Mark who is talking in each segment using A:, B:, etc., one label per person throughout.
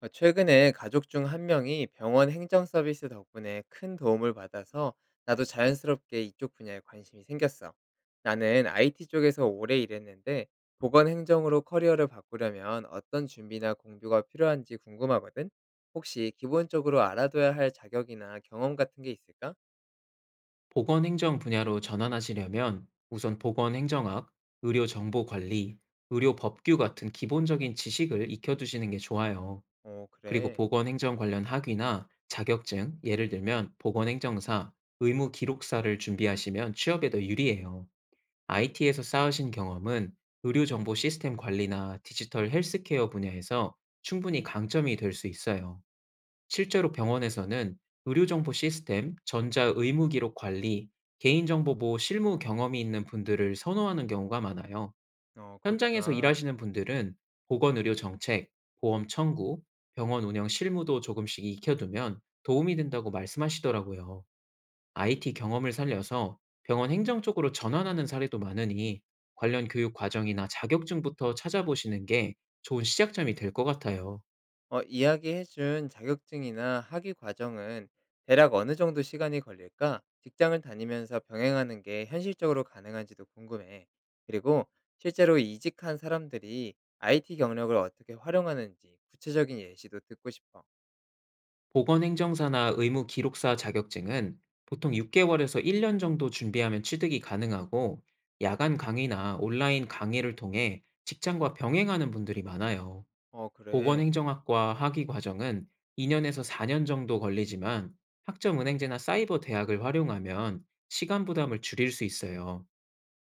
A: 최근에 가족 중 한 명이 병원 행정 서비스 덕분에 큰 도움을 받아서 나도 자연스럽게 이쪽 분야에 관심이 생겼어. 나는 IT 쪽에서 오래 일했는데 보건 행정으로 커리어를 바꾸려면 어떤 준비나 공부가 필요한지 궁금하거든. 혹시 기본적으로 알아둬야 할 자격이나 경험 같은 게 있을까?
B: 보건행정 분야로 전환하시려면 우선 보건행정학, 의료정보관리, 의료법규 같은 기본적인 지식을 익혀두시는 게 좋아요.
A: 어,
B: 그리고
A: 그래.
B: 보건행정 관련 학위나 자격증, 예를 들면 보건행정사, 의무기록사를 준비하시면 취업에 더 유리해요. IT에서 쌓으신 경험은 의료정보 시스템 관리나 디지털 헬스케어 분야에서 충분히 강점이 될 수 있어요. 실제로 병원에서는 의료정보 시스템, 전자의무기록 관리, 개인정보 보호 실무 경험이 있는 분들을 선호하는 경우가 많아요.
A: 어,
B: 현장에서
A: 그렇구나.
B: 일하시는 분들은 보건의료 정책, 보험 청구, 병원 운영 실무도 조금씩 익혀두면 도움이 된다고 말씀하시더라고요. IT 경험을 살려서 병원 행정 쪽으로 전환하는 사례도 많으니 관련 교육 과정이나 자격증부터 찾아보시는 게 좋은 시작점이 될 것 같아요.
A: 이야기해 준 자격증이나 학위 과정은 대략 어느 정도 시간이 걸릴까? 직장을 다니면서 병행하는 게 현실적으로 가능한지도 궁금해. 그리고 실제로 이직한 사람들이 IT 경력을 어떻게 활용하는지 구체적인 예시도 듣고 싶어.
B: 보건행정사나 의무기록사 자격증은 보통 6개월에서 1년 정도 준비하면 취득이 가능하고, 야간 강의나 온라인 강의를 통해 직장과 병행하는 분들이 많아요.
A: 어, 그래.
B: 보건행정학과 학위 과정은 2년에서 4년 정도 걸리지만, 학점은행제나 사이버 대학을 활용하면 시간 부담을 줄일 수 있어요.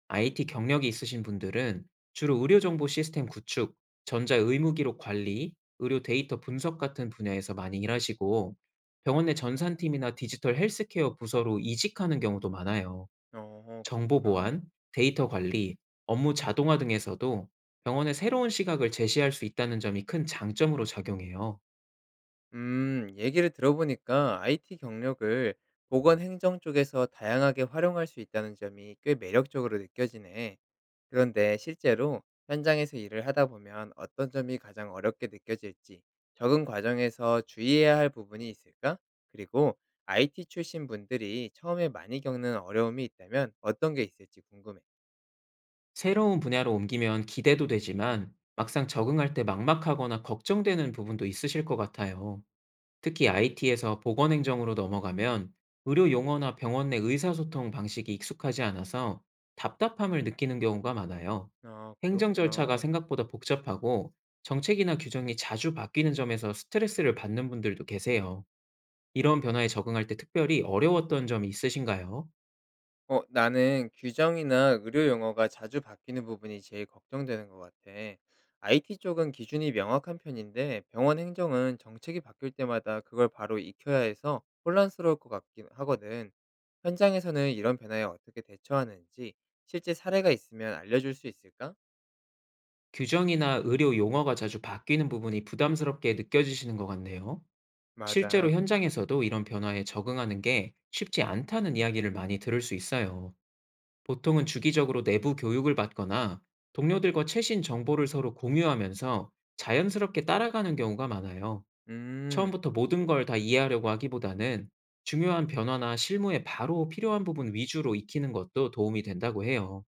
B: IT 경력이 있으신 분들은 주로 의료 정보 시스템 구축, 전자 의무 기록 관리, 의료 데이터 분석 같은 분야에서 많이 일하시고, 병원 내 전산팀이나 디지털 헬스케어 부서로 이직하는 경우도 많아요.
A: 어,
B: 정보
A: 그렇구나.
B: 보안, 데이터 관리, 업무 자동화 등에서도 병원의 새로운 시각을 제시할 수 있다는 점이 큰 장점으로 작용해요.
A: 얘기를 들어보니까 IT 경력을 보건 행정 쪽에서 다양하게 활용할 수 있다는 점이 꽤 매력적으로 느껴지네. 그런데 실제로 현장에서 일을 하다 보면 어떤 점이 가장 어렵게 느껴질지, 적응 과정에서 주의해야 할 부분이 있을까? 그리고 IT 출신 분들이 처음에 많이 겪는 어려움이 있다면 어떤 게 있을지 궁금해.
B: 새로운 분야로 옮기면 기대도 되지만 막상 적응할 때 막막하거나 걱정되는 부분도 있으실 것 같아요. 특히 IT에서 보건 행정으로 넘어가면 의료 용어나 병원 내 의사소통 방식이 익숙하지 않아서 답답함을 느끼는 경우가 많아요.
A: 아,
B: 행정 절차가
A: 그렇구나.
B: 생각보다 복잡하고, 정책이나 규정이 자주 바뀌는 점에서 스트레스를 받는 분들도 계세요. 이런 변화에 적응할 때 특별히 어려웠던 점이 있으신가요?
A: 나는 규정이나 의료 용어가 자주 바뀌는 부분이 제일 걱정되는 것 같아. IT 쪽은 기준이 명확한 편인데 병원 행정은 정책이 바뀔 때마다 그걸 바로 익혀야 해서 혼란스러울 것 같긴 하거든. 현장에서는 이런 변화에 어떻게 대처하는지 실제 사례가 있으면 알려줄 수 있을까?
B: 규정이나 의료 용어가 자주 바뀌는 부분이 부담스럽게 느껴지시는 것 같네요. 실제로
A: 맞아.
B: 현장에서도 이런 변화에 적응하는 게 쉽지 않다는 이야기를 많이 들을 수 있어요. 보통은 주기적으로 내부 교육을 받거나 동료들과 최신 정보를 서로 공유하면서 자연스럽게 따라가는 경우가 많아요.
A: 음.
B: 처음부터 모든 걸 다 이해하려고 하기보다는 중요한 변화나 실무에 바로 필요한 부분 위주로 익히는 것도 도움이 된다고 해요.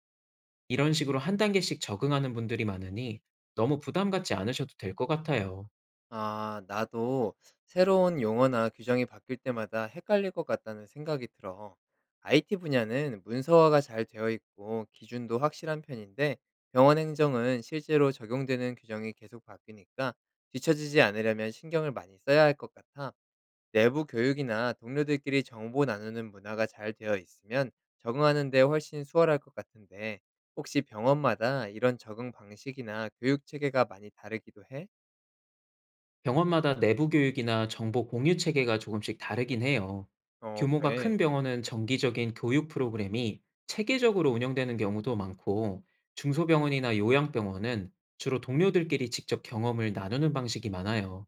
B: 이런 식으로 한 단계씩 적응하는 분들이 많으니 너무 부담 갖지 않으셔도 될 것 같아요.
A: 아, 나도 새로운 용어나 규정이 바뀔 때마다 헷갈릴 것 같다는 생각이 들어. IT 분야는 문서화가 잘 되어 있고 기준도 확실한 편인데 병원 행정은 실제로 적용되는 규정이 계속 바뀌니까 뒤처지지 않으려면 신경을 많이 써야 할 것 같아. 내부 교육이나 동료들끼리 정보 나누는 문화가 잘 되어 있으면 적응하는 데 훨씬 수월할 것 같은데 혹시 병원마다 이런 적응 방식이나 교육 체계가 많이 다르기도 해?
B: 병원마다 내부 교육이나 정보 공유 체계가 조금씩 다르긴 해요.
A: 어,
B: 규모가 큰
A: 그래.
B: 병원은 정기적인 교육 프로그램이 체계적으로 운영되는 경우도 많고, 중소병원이나 요양병원은 주로 동료들끼리 직접 경험을 나누는 방식이 많아요.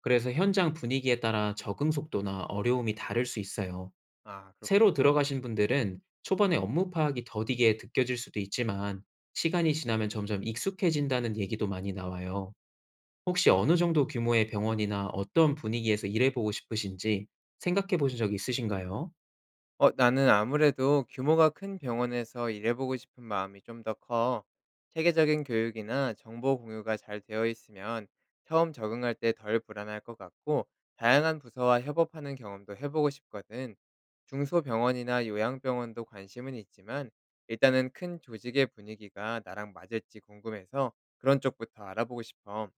B: 그래서 현장 분위기에 따라 적응 속도나 어려움이 다를 수 있어요.
A: 아,
B: 새로
A: 그렇구나.
B: 들어가신 분들은 초반에 업무 파악이 더디게 느껴질 수도 있지만, 시간이 지나면 점점 익숙해진다는 얘기도 많이 나와요. 혹시 어느 정도 규모의 병원이나 어떤 분위기에서 일해보고 싶으신지 생각해 보신 적 있으신가요?
A: 어, 나는 아무래도 규모가 큰 병원에서 일해 보고 싶은 마음이 좀 더 커. 체계적인 교육이나 정보 공유가 잘 되어 있으면 처음 적응할 때 덜 불안할 것 같고 다양한 부서와 협업하는 경험도 해 보고 싶거든. 중소병원이나 요양병원도 관심은 있지만 일단은 큰 조직의 분위기가 나랑 맞을지 궁금해서 그런 쪽부터 알아보고 싶어.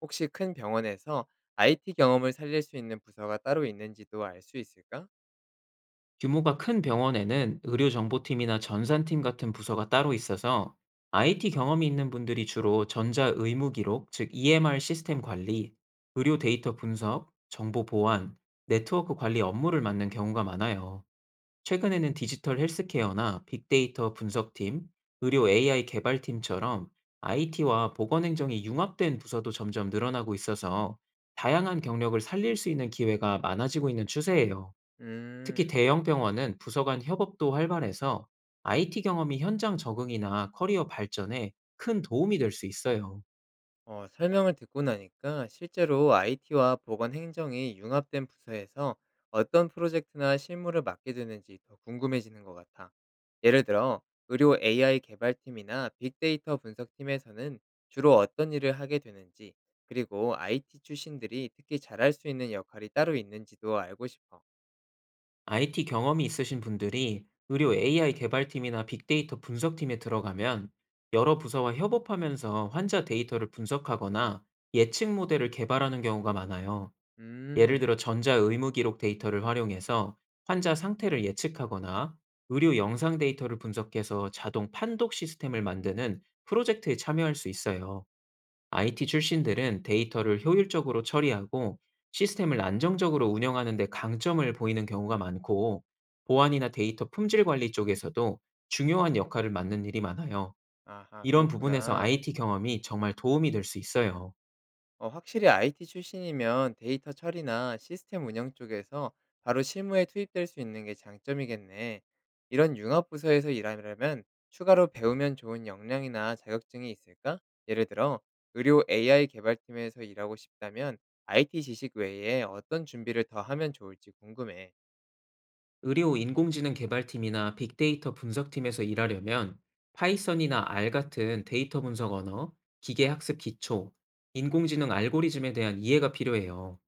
A: 혹시 큰 병원에서 IT 경험을 살릴 수 있는 부서가 따로 있는지도 알 수 있을까?
B: 규모가 큰 병원에는 의료정보팀이나 전산팀 같은 부서가 따로 있어서, IT 경험이 있는 분들이 주로 전자의무기록, 즉 EMR 시스템 관리, 의료 데이터 분석, 정보 보안, 네트워크 관리 업무를 맡는 경우가 많아요. 최근에는 디지털 헬스케어나 빅데이터 분석팀, 의료 AI 개발팀처럼 IT와 보건행정이 융합된 부서도 점점 늘어나고 있어서, 다양한 경력을 살릴 수 있는 기회가 많아지고 있는 추세예요.
A: 음,
B: 특히 대형 병원은 부서 간 협업도 활발해서 IT 경험이 현장 적응이나 커리어 발전에 큰 도움이 될 수 있어요.
A: 설명을 듣고 나니까 실제로 IT와 보건 행정이 융합된 부서에서 어떤 프로젝트나 실무를 맡게 되는지 더 궁금해지는 것 같아. 예를 들어, 의료 AI 개발팀이나 빅데이터 분석팀에서는 주로 어떤 일을 하게 되는지, 그리고 IT 출신들이 특히 잘할 수 있는 역할이 따로 있는지도 알고 싶어.
B: IT 경험이 있으신 분들이 의료 AI 개발팀이나 빅데이터 분석팀에 들어가면 여러 부서와 협업하면서 환자 데이터를 분석하거나 예측 모델을 개발하는 경우가 많아요. 예를
A: 음,
B: 들어 전자 의무 기록 데이터를 활용해서 환자 상태를 예측하거나, 의료 영상 데이터를 분석해서 자동 판독 시스템을 만드는 프로젝트에 참여할 수 있어요. IT 출신들은 데이터를 효율적으로 처리하고 시스템을 안정적으로 운영하는 데 강점을 보이는 경우가 많고, 보안이나 데이터 품질 관리 쪽에서도 중요한 역할을 맡는 일이 많아요.
A: 아하,
B: 이런 부분에서
A: 그렇구나.
B: IT 경험이 정말 도움이 될 수 있어요.
A: 어, 확실히 IT 출신이면 데이터 처리나 시스템 운영 쪽에서 바로 실무에 투입될 수 있는 게 장점이겠네. 이런 융합 부서에서 일하려면 추가로 배우면 좋은 역량이나 자격증이 있을까? 예를 들어 의료 AI 개발팀에서 일하고 싶다면 IT 지식 외에 어떤 준비를 더 하면 좋을지 궁금해.
B: 의료 인공지능 개발팀이나 빅데이터 분석팀에서 일하려면 파이썬이나 R 같은 데이터 분석 언어, 기계 학습 기초, 인공지능 알고리즘에 대한 이해가 필요해요.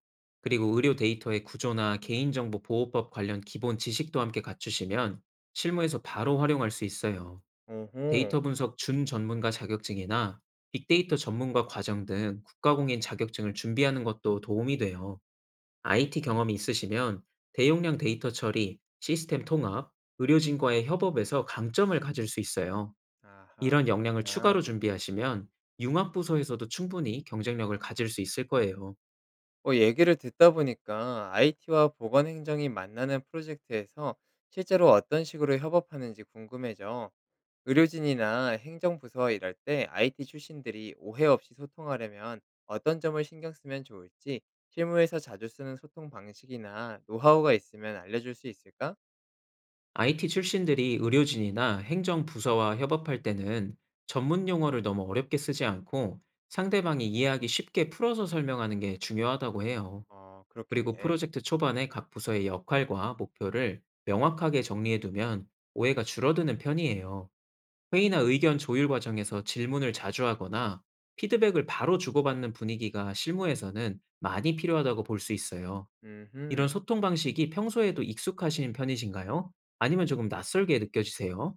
B: 그리고 의료 데이터의 구조나 개인정보 보호법 관련 기본 지식도 함께 갖추시면 실무에서 바로 활용할 수 있어요.
A: 오호.
B: 데이터 분석 준 전문가 자격증이나 빅데이터 전문가 과정 등 국가공인 자격증을 준비하는 것도 도움이 돼요. IT 경험이 있으시면 대용량 데이터 처리, 시스템 통합, 의료진과의 협업에서 강점을 가질 수 있어요.
A: 아하.
B: 이런 역량을
A: 그렇구나.
B: 추가로 준비하시면 융합부서에서도 충분히 경쟁력을 가질 수 있을 거예요.
A: 어, 얘기를 듣다 보니까 IT와 보건 행정이 만나는 프로젝트에서 실제로 어떤 식으로 협업하는지 궁금해져. 의료진이나 행정부서 일할 때 IT 출신들이 오해 없이 소통하려면 어떤 점을 신경 쓰면 좋을지 실무에서 자주 쓰는 소통 방식이나 노하우가 있으면 알려줄 수 있을까?
B: IT 출신들이 의료진이나 행정부서와 협업할 때는 전문 용어를 너무 어렵게 쓰지 않고 상대방이 이해하기 쉽게 풀어서 설명하는 게 중요하다고 해요.
A: 어,
B: 그리고
A: 그렇겠네.
B: 프로젝트 초반에 각 부서의 역할과 목표를 명확하게 정리해두면 오해가 줄어드는 편이에요. 회의나 의견 조율 과정에서 질문을 자주 하거나 피드백을 바로 주고받는 분위기가 실무에서는 많이 필요하다고 볼 수 있어요.
A: 음흠.
B: 이런 소통 방식이 평소에도 익숙하신 편이신가요? 아니면 조금 낯설게 느껴지세요?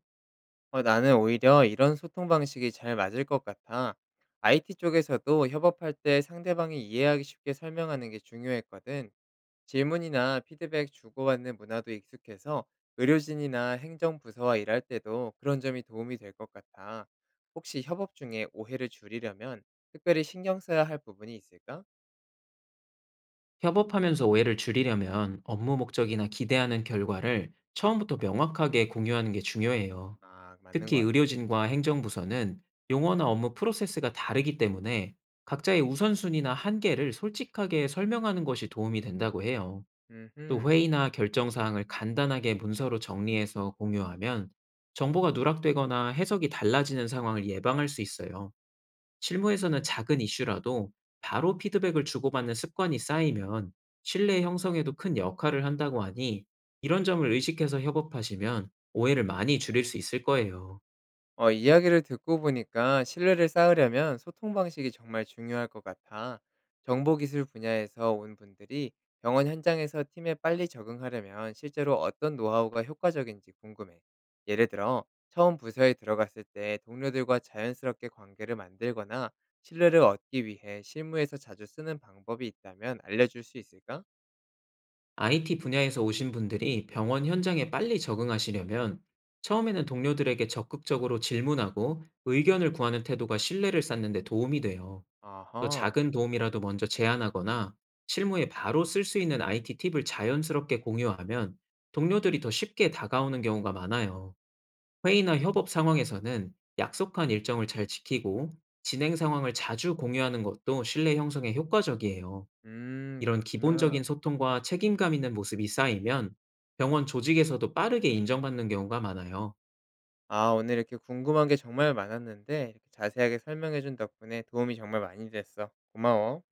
A: 나는 오히려 이런 소통 방식이 잘 맞을 것 같아. IT 쪽에서도 협업할 때 상대방이 이해하기 쉽게 설명하는 게 중요했거든. 질문이나 피드백 주고받는 문화도 익숙해서 의료진이나 행정부서와 일할 때도 그런 점이 도움이 될 것 같아. 혹시 협업 중에 오해를 줄이려면 특별히 신경 써야 할 부분이 있을까?
B: 협업하면서 오해를 줄이려면 업무 목적이나 기대하는 결과를 처음부터 명확하게 공유하는 게 중요해요.
A: 아, 맞는 것
B: 특히
A: 같아.
B: 의료진과 행정부서는 용어나 업무 프로세스가 다르기 때문에 각자의 우선순위나 한계를 솔직하게 설명하는 것이 도움이 된다고 해요. 또
A: 음
B: 회의나 결정 사항을 간단하게 문서로 정리해서 공유하면 정보가 누락되거나 해석이 달라지는 상황을 예방할 수 있어요. 실무에서는 작은 이슈라도 바로 피드백을 주고받는 습관이 쌓이면 신뢰 형성에도 큰 역할을 한다고 하니, 이런 점을 의식해서 협업하시면 오해를 많이 줄일 수 있을 거예요.
A: 이야기를 듣고 보니까 신뢰를 쌓으려면 소통 방식이 정말 중요할 것 같아. 정보기술 분야에서 온 분들이 병원 현장에서 팀에 빨리 적응하려면 실제로 어떤 노하우가 효과적인지 궁금해. 예를 들어, 처음 부서에 들어갔을 때 동료들과 자연스럽게 관계를 만들거나 신뢰를 얻기 위해 실무에서 자주 쓰는 방법이 있다면 알려줄 수 있을까?
B: IT 분야에서 오신 분들이 병원 현장에 빨리 적응하시려면 처음에는 동료들에게 적극적으로 질문하고 의견을 구하는 태도가 신뢰를 쌓는 데 도움이 돼요. 또
A: 아하,
B: 작은 도움이라도 먼저 제안하거나 실무에 바로 쓸 수 있는 IT 팁을 자연스럽게 공유하면 동료들이 더 쉽게 다가오는 경우가 많아요. 회의나 협업 상황에서는 약속한 일정을 잘 지키고 진행 상황을 자주 공유하는 것도 신뢰 형성에 효과적이에요. 이런
A: 그렇구나.
B: 기본적인 소통과 책임감 있는 모습이 쌓이면 병원 조직에서도 빠르게 인정받는 경우가 많아요.
A: 아, 오늘 이렇게 궁금한 게 정말 많았는데, 이렇게 자세하게 설명해준 덕분에 도움이 정말 많이 됐어. 고마워.